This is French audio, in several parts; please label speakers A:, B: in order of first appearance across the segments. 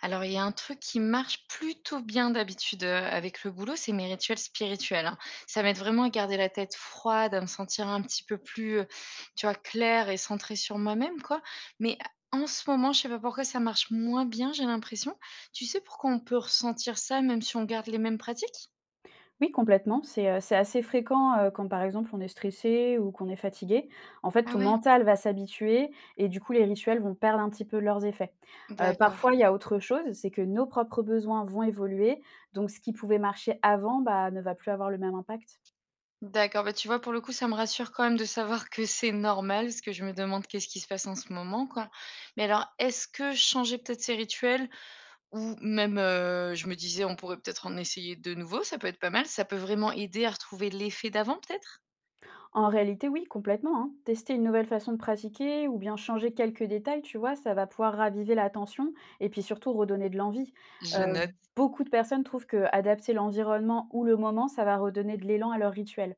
A: Alors, il y a un truc qui marche plutôt bien d'habitude, avec le boulot, c'est mes rituels spirituels, hein. Ça m'aide vraiment à garder la tête froide, à me sentir un petit peu plus, tu vois, claire et centrée sur moi-même, quoi. Mais en ce moment, je sais pas pourquoi ça marche moins bien, j'ai l'impression. Tu sais pourquoi on peut ressentir ça même si on garde les mêmes pratiques?
B: Oui, complètement. C'est assez fréquent, quand par exemple on est stressé ou qu'on est fatigué. En fait,
A: Ah
B: ton
A: ouais?
B: mental va s'habituer et du coup les rituels vont perdre un petit peu leurs effets.
A: D'accord,
B: Parfois il y a autre chose, c'est que nos propres besoins vont évoluer, donc ce qui pouvait marcher avant, bah, ne va plus avoir le même impact.
A: d'accord. Bah, tu vois, pour le coup, ça me rassure quand même de savoir que c'est normal, parce que je me demande qu'est-ce qui se passe en ce moment, quoi. Mais alors, est-ce que changer peut-être ces rituels, ou même, je me disais: «On pourrait peut-être en essayer de nouveau. Ça peut être pas mal». Ça peut vraiment aider à retrouver l'effet d'avant peut-être?
B: En réalité, oui, complètement, hein. Tester une nouvelle façon de pratiquer ou bien changer quelques détails, tu vois, ça va pouvoir raviver l'attention et puis surtout redonner de l'envie.
A: Je
B: Euh,
A: note.
B: Beaucoup de personnes trouvent que adapter l'environnement ou le moment, ça va redonner de l'élan à leur rituel.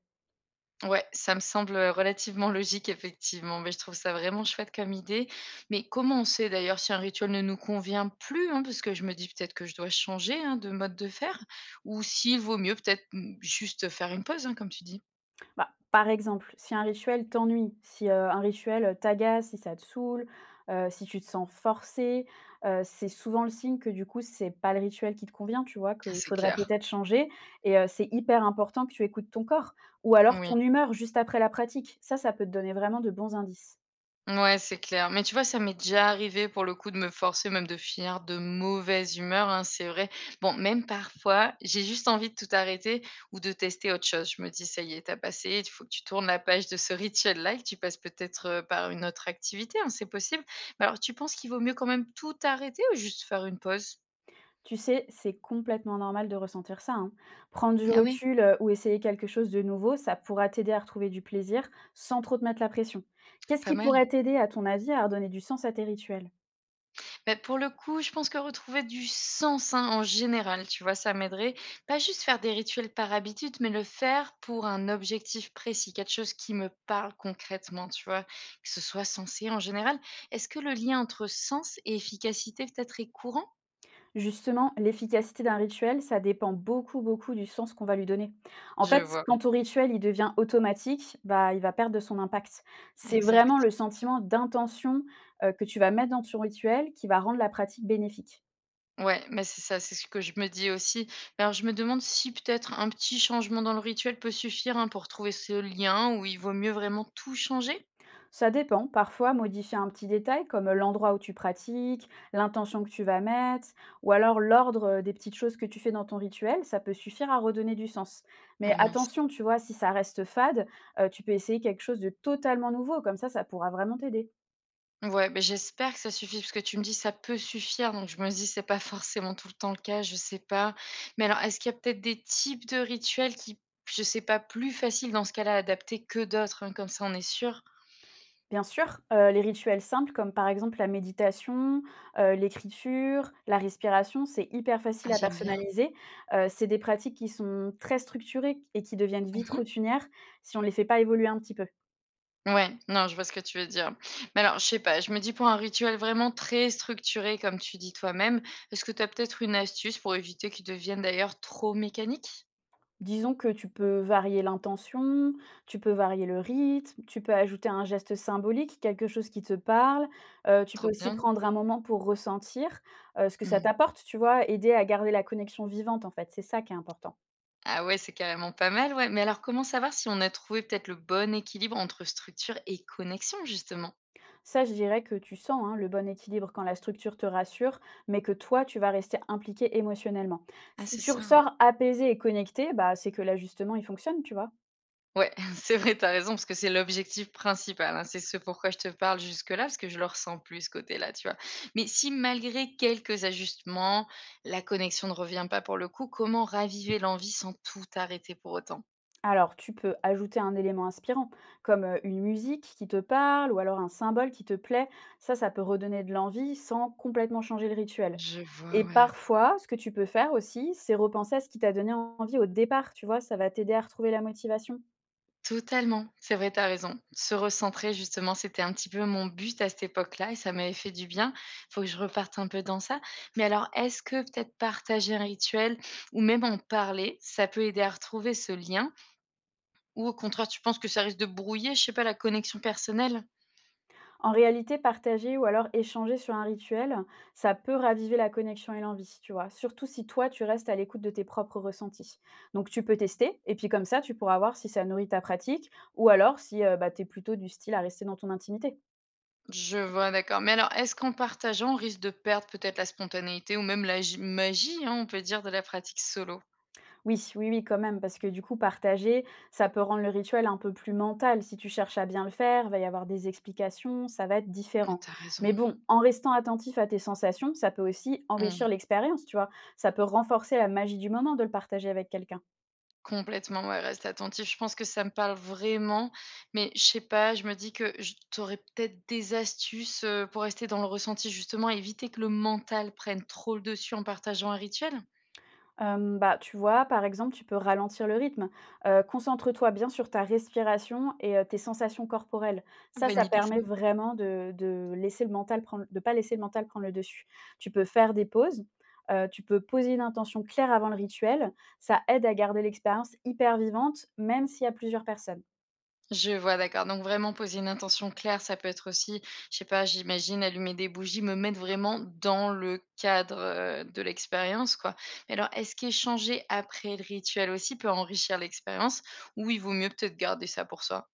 A: Ouais, ça me semble relativement logique effectivement, mais je trouve ça vraiment chouette comme idée. Mais comment on sait d'ailleurs si un rituel ne nous convient plus, hein? Parce que je me dis peut-être que je dois changer, hein, de mode de faire, ou s'il vaut mieux peut-être, mmh, juste faire une pause, hein, comme tu dis?
B: Bah, par exemple, si un rituel t'ennuie, si, un rituel, t'agace, si ça te saoule, si tu te sens forcé, c'est souvent le signe que du coup, c'est pas le rituel qui te convient, tu vois?
A: Ah
B: Qu'il
A: c'est
B: faudrait
A: clair,
B: peut-être changer, et c'est hyper important que tu écoutes ton corps ou alors
A: oui.
B: ton humeur juste après la pratique. Ça peut te donner vraiment de bons indices.
A: Ouais, c'est clair. Mais tu vois, ça m'est déjà arrivé pour le coup de me forcer, même de finir de mauvaise humeur, hein, c'est vrai. Bon, même parfois, j'ai juste envie de tout arrêter ou de tester autre chose. Je me dis, ça y est, t'as passé, il faut que tu tournes la page de ce rituel-là et que tu passes peut-être par une autre activité, hein, c'est possible. Mais alors, tu penses qu'il vaut mieux quand même tout arrêter ou juste faire une pause?
B: Tu sais, c'est complètement normal de ressentir ça, hein. Prendre du
A: Ah oui,
B: recul, ou essayer quelque chose de nouveau, ça pourra t'aider à retrouver du plaisir sans trop te mettre la pression. Qu'est-ce
A: pas
B: qui
A: mal.
B: pourrait t'aider, à ton avis, à redonner du sens à tes rituels?
A: Beh, pour le coup, je pense que retrouver du sens, hein, en général, tu vois, ça m'aiderait. Pas juste faire des rituels par habitude, mais le faire pour un objectif précis, quelque chose qui me parle concrètement, tu vois, que ce soit sensé en général. Est-ce que le lien entre sens et efficacité peut-être est courant?
B: Justement, l'efficacité d'un rituel, ça dépend beaucoup, beaucoup du sens qu'on va lui donner. En
A: Je
B: fait,
A: vois.
B: quand ton rituel, il devient automatique, bah, il va perdre de son impact. C'est vraiment
A: Exact.
B: le sentiment d'intention, que tu vas mettre dans ton rituel qui va rendre la pratique bénéfique.
A: Ouais, mais c'est ça, c'est ce que je me dis aussi. Mais alors, je me demande si peut-être un petit changement dans le rituel peut suffire, hein, pour trouver ce lien où il vaut mieux vraiment tout changer.
B: Ça dépend. Parfois, modifier un petit détail comme l'endroit où tu pratiques, l'intention que tu vas mettre, ou alors l'ordre des petites choses que tu fais dans ton rituel, ça peut suffire à redonner du sens. Mais
A: Ah mince.
B: attention, tu vois, si ça reste fade, tu peux essayer quelque chose de totalement nouveau. Comme ça pourra vraiment t'aider.
A: Ouais, ben j'espère que ça suffit parce que tu me dis: «Ça peut suffire», donc je me dis: «C'est pas forcément tout le temps le cas», je sais pas. Mais alors, est-ce qu'il y a peut-être des types de rituels qui, je sais pas, plus faciles dans ce cas-là à adapter que d'autres, hein? Comme ça, on est sûr.
B: Bien sûr, les rituels simples comme par exemple la méditation, l'écriture, la respiration, c'est hyper
A: Ah,
B: facile à
A: j'aime bien.
B: personnaliser. C'est des pratiques qui sont très structurées et qui deviennent vite
A: Mmh.
B: routinières si on ne les fait pas évoluer un petit peu.
A: Ouais, non, je vois ce que tu veux dire. Mais alors, je sais pas, je me dis pour un rituel vraiment très structuré, comme tu dis toi-même, est-ce que tu as peut-être une astuce pour éviter qu'il devienne d'ailleurs trop mécanique?
B: Disons que tu peux varier l'intention, tu peux varier le rythme, tu peux ajouter un geste symbolique, quelque chose qui te parle. Tu peux
A: Trop
B: aussi
A: bien.
B: prendre un moment pour ressentir, ce que ça
A: Mmh.
B: t'apporte, tu vois? Aider à garder la connexion vivante, en fait, c'est ça qui est important.
A: Ah ouais, c'est carrément pas mal, ouais. Mais alors, comment savoir si on a trouvé peut-être le bon équilibre entre structure et connexion, justement?
B: Ça, je dirais que tu sens, hein, le bon équilibre quand la structure te rassure, mais que toi, tu vas rester impliqué émotionnellement.
A: Ah,
B: Si
A: c'est
B: tu
A: ça.
B: ressors apaisé et connecté, bah, c'est que l'ajustement, il fonctionne, tu vois?
A: Ouais, c'est vrai, t'as raison, parce que c'est l'objectif principal, hein. C'est ce pourquoi je te parle jusque-là, parce que je le ressens plus, ce côté-là, tu vois. Mais si malgré quelques ajustements, la connexion ne revient pas pour le coup, comment raviver l'envie sans tout arrêter pour autant?
B: Alors, tu peux ajouter un élément inspirant, comme une musique qui te parle ou alors un symbole qui te plaît. Ça peut redonner de l'envie sans complètement changer le rituel.
A: Je vois,
B: Et
A: ouais.
B: parfois, ce que tu peux faire aussi, c'est repenser à ce qui t'a donné envie au départ. Tu vois, ça va t'aider à retrouver la motivation.
A: Totalement, c'est vrai, t'as raison. Se recentrer justement, c'était un petit peu mon but à cette époque-là et ça m'avait fait du bien. Faut que je reparte un peu dans ça. Mais alors, est-ce que peut-être partager un rituel ou même en parler, ça peut aider à retrouver ce lien? Ou au contraire, tu penses que ça risque de brouiller, je sais pas, la connexion personnelle?
B: En réalité, partager ou alors échanger sur un rituel, ça peut raviver la connexion et l'envie, tu vois. Surtout si toi, tu restes à l'écoute de tes propres ressentis. Donc, tu peux tester, et puis comme ça, tu pourras voir si ça nourrit ta pratique, ou alors si bah, tu es plutôt du style à rester dans ton intimité.
A: Je vois, d'accord. Mais alors, est-ce qu'en partageant, on risque de perdre peut-être la spontanéité ou même la magie, hein, on peut dire, de la pratique solo?
B: Oui, oui, oui, quand même, parce que du coup, partager, ça peut rendre le rituel un peu plus mental. Si tu cherches à bien le faire, va y avoir des explications, ça va être
A: Ah,
B: différent.
A: t'as raison.
B: Mais bon, en restant attentif à tes sensations, ça peut aussi enrichir l'expérience, tu vois. Ça peut renforcer la magie du moment de le partager avec quelqu'un.
A: Complètement, ouais, reste attentif. Je pense que ça me parle vraiment, mais je sais pas, je me dis que je tu aurais peut-être des astuces, pour rester dans le ressenti justement, éviter que le mental prenne trop le dessus en partageant un rituel?
B: Bah, tu vois, par exemple, tu peux ralentir le rythme. Concentre-toi bien sur ta respiration et tes sensations corporelles. Ça,
A: Bonne
B: ça
A: idée ça.
B: permet vraiment de pas laisser le mental prendre le dessus. Tu peux faire des pauses, tu peux poser une intention claire avant le rituel. Ça aide à garder l'expérience hyper vivante, même s'il y a plusieurs personnes.
A: Je vois, d'accord, donc vraiment poser une intention claire, ça peut être aussi, je sais pas, j'imagine allumer des bougies, me mettre vraiment dans le cadre, de l'expérience, quoi. Mais alors, est-ce qu'échanger après le rituel aussi peut enrichir l'expérience ou il vaut mieux peut-être garder ça pour soi?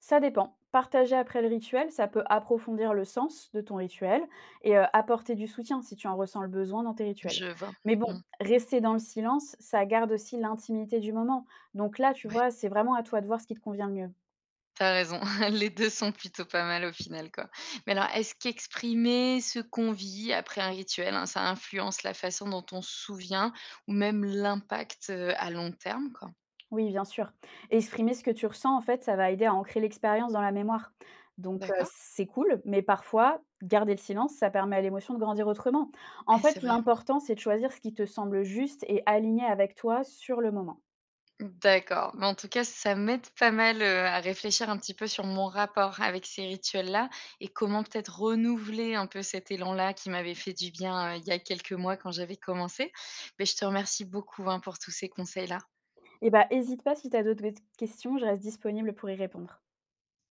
B: Ça dépend. Partager après le rituel, ça peut approfondir le sens de ton rituel et apporter du soutien si tu en ressens le besoin dans tes rituels.
A: Je vois.
B: Mais bon,
A: Mmh,
B: rester dans le silence, ça garde aussi l'intimité du moment. Donc là, tu
A: ouais.
B: vois, c'est vraiment à toi de voir ce qui te convient le mieux.
A: T'as raison, les 2 sont plutôt pas mal au final, quoi. Mais alors, est-ce qu'exprimer ce qu'on vit après un rituel, hein, ça influence la façon dont on se souvient ou même l'impact, à long terme, quoi?
B: Oui, bien sûr. Et exprimer ce que tu ressens, en fait, ça va aider à ancrer l'expérience dans la mémoire. Donc
A: D'accord.
B: c'est cool, mais parfois, garder le silence, ça permet à l'émotion de grandir autrement. En
A: Ah, c'est
B: fait,
A: vrai.
B: l'important, c'est de choisir ce qui te semble juste et aligné avec toi sur le moment.
A: D'accord, mais en tout cas, ça m'aide pas mal, à réfléchir un petit peu sur mon rapport avec ces rituels-là et comment peut-être renouveler un peu cet élan-là qui m'avait fait du bien, il y a quelques mois quand j'avais commencé. Mais je te remercie beaucoup, hein, pour tous ces conseils-là.
B: Eh bah, hésite pas si tu as d'autres questions, je reste disponible pour y répondre.